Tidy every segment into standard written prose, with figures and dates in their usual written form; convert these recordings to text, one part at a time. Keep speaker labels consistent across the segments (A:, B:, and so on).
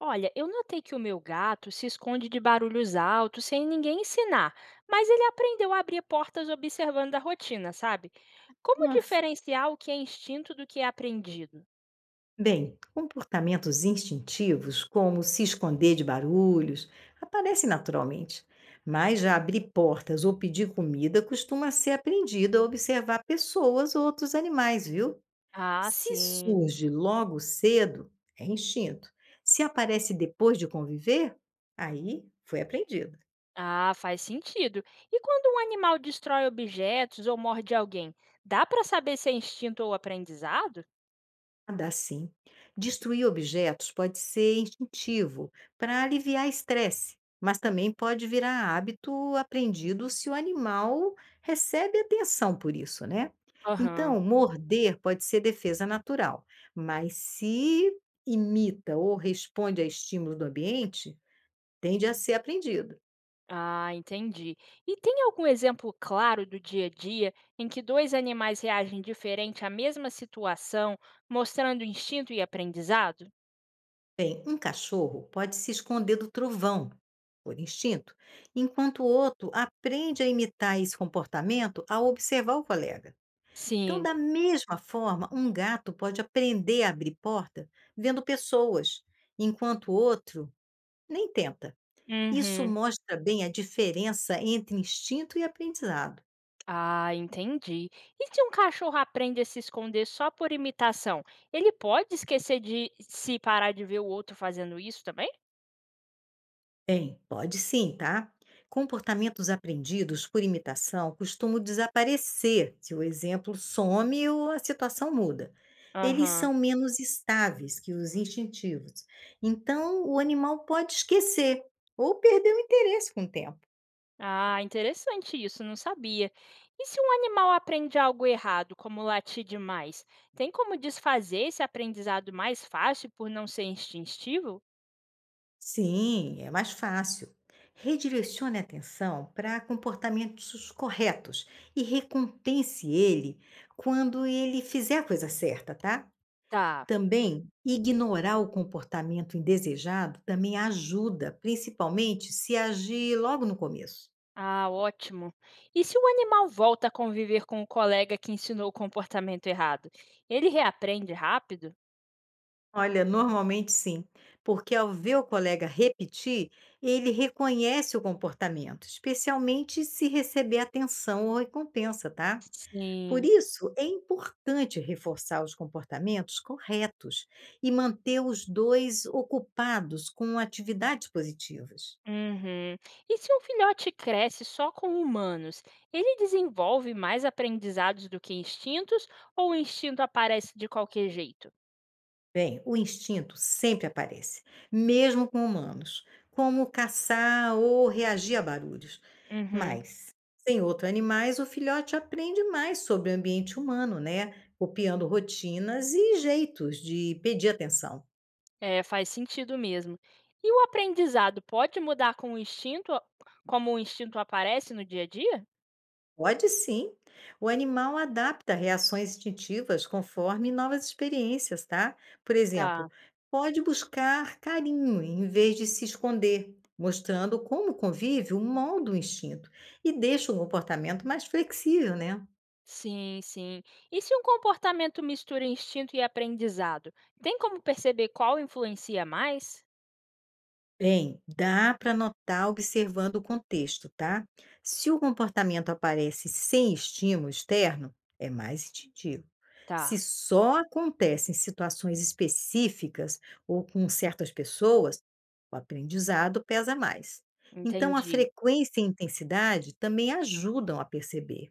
A: Olha, eu notei que o meu gato se esconde de barulhos altos sem ninguém ensinar, mas ele aprendeu a abrir portas observando a rotina, sabe? Como
B: Nossa.
A: diferenciar o que é instinto do que é aprendido?
B: Bem, comportamentos instintivos, como se esconder de barulhos, aparecem naturalmente, mas já abrir portas ou pedir comida costuma ser aprendido a observar pessoas ou outros animais, viu?
A: Ah,
B: Se
A: sim.
B: surge logo cedo, é instinto. Se aparece depois de conviver, aí foi aprendido.
A: Ah, faz sentido. E quando um animal destrói objetos ou morde alguém, dá para saber se é instinto ou aprendizado?
B: Dá sim. Destruir objetos pode ser instintivo para aliviar estresse, mas também pode virar hábito aprendido se o animal recebe atenção por isso, né?
A: Aham.
B: Então, morder pode ser defesa natural, mas se imita ou responde a estímulos do ambiente, tende a ser aprendido.
A: Ah, entendi. E tem algum exemplo claro do dia a dia em que dois animais reagem diferente à mesma situação, mostrando instinto e aprendizado?
B: Bem, um cachorro pode se esconder do trovão, por instinto, enquanto o outro aprende a imitar esse comportamento ao observar o colega. Então,
A: Sim.
B: da mesma forma, um gato pode aprender a abrir porta vendo pessoas, enquanto o outro nem tenta. Isso
A: Uhum.
B: mostra bem a diferença entre instinto e aprendizado.
A: Ah, entendi. E se um cachorro aprende a se esconder só por imitação, ele pode esquecer de se parar de ver o outro fazendo isso também?
B: Bem, pode sim, tá? Comportamentos aprendidos por imitação costumam desaparecer se o exemplo some ou a situação muda. Eles
A: Aham.
B: são menos estáveis que os instintivos. Então, o animal pode esquecer ou perder o interesse com o tempo.
A: Ah, interessante isso, não sabia. E se um animal aprende algo errado, como latir demais, tem como desfazer esse aprendizado mais fácil por não ser instintivo?
B: Sim, é mais fácil. Redirecione a atenção para comportamentos corretos e recompense ele quando ele fizer a coisa certa, tá?
A: Tá.
B: Também, ignorar o comportamento indesejado também ajuda, principalmente se agir logo no começo.
A: Ah, ótimo. E se o animal volta a conviver com o colega que ensinou o comportamento errado, ele reaprende rápido?
B: Olha, normalmente sim, porque ao ver o colega repetir, ele reconhece o comportamento, especialmente se receber atenção ou recompensa, tá? Por
A: Sim.
B: isso, é importante reforçar os comportamentos corretos e manter os dois ocupados com atividades positivas.
A: Uhum. E se um filhote cresce só com humanos, ele desenvolve mais aprendizados do que instintos ou o instinto aparece de qualquer jeito?
B: Bem, o instinto sempre aparece, mesmo com humanos, como caçar ou reagir a barulhos.
A: Uhum.
B: Mas, sem outros animais, o filhote aprende mais sobre o ambiente humano, né? Copiando rotinas e jeitos de pedir atenção.
A: É, faz sentido mesmo. E o aprendizado pode mudar com o instinto, como o instinto aparece no dia a dia?
B: Pode sim. O animal adapta reações instintivas conforme novas experiências, tá? Por
A: Tá.
B: exemplo, pode buscar carinho em vez de se esconder, mostrando como convive o molda do instinto e deixa o comportamento mais flexível, né?
A: Sim, sim. E se um comportamento mistura instinto e aprendizado, tem como perceber qual influencia mais?
B: Bem, dá para notar observando o contexto, tá? Se o comportamento aparece sem estímulo externo, é mais instintivo.
A: Tá,
B: Se só acontece em situações específicas ou com certas pessoas, o aprendizado pesa mais. Então, a
A: entendi.
B: frequência e intensidade também ajudam a perceber.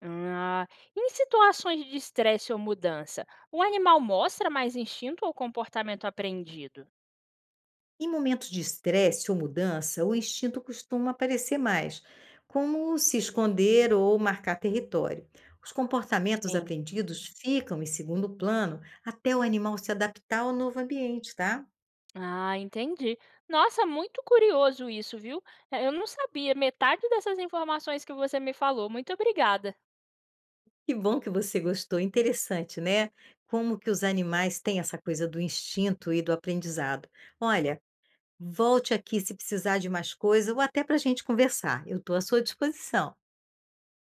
A: Ah, em situações de estresse ou mudança, o animal mostra mais instinto ou comportamento aprendido?
B: Em momentos de estresse ou mudança, o instinto costuma aparecer mais, como se esconder ou marcar território. Os comportamentos
A: Sim.
B: aprendidos ficam em segundo plano até o animal se adaptar ao novo ambiente, tá?
A: Ah, entendi. Nossa, muito curioso isso, viu? Eu não sabia metade dessas informações que você me falou. Muito obrigada.
B: Que bom que você gostou, interessante, né? Como que os animais têm essa coisa do instinto e do aprendizado. Olha, volte aqui se precisar de mais coisa ou até para a gente conversar. Eu estou à sua disposição.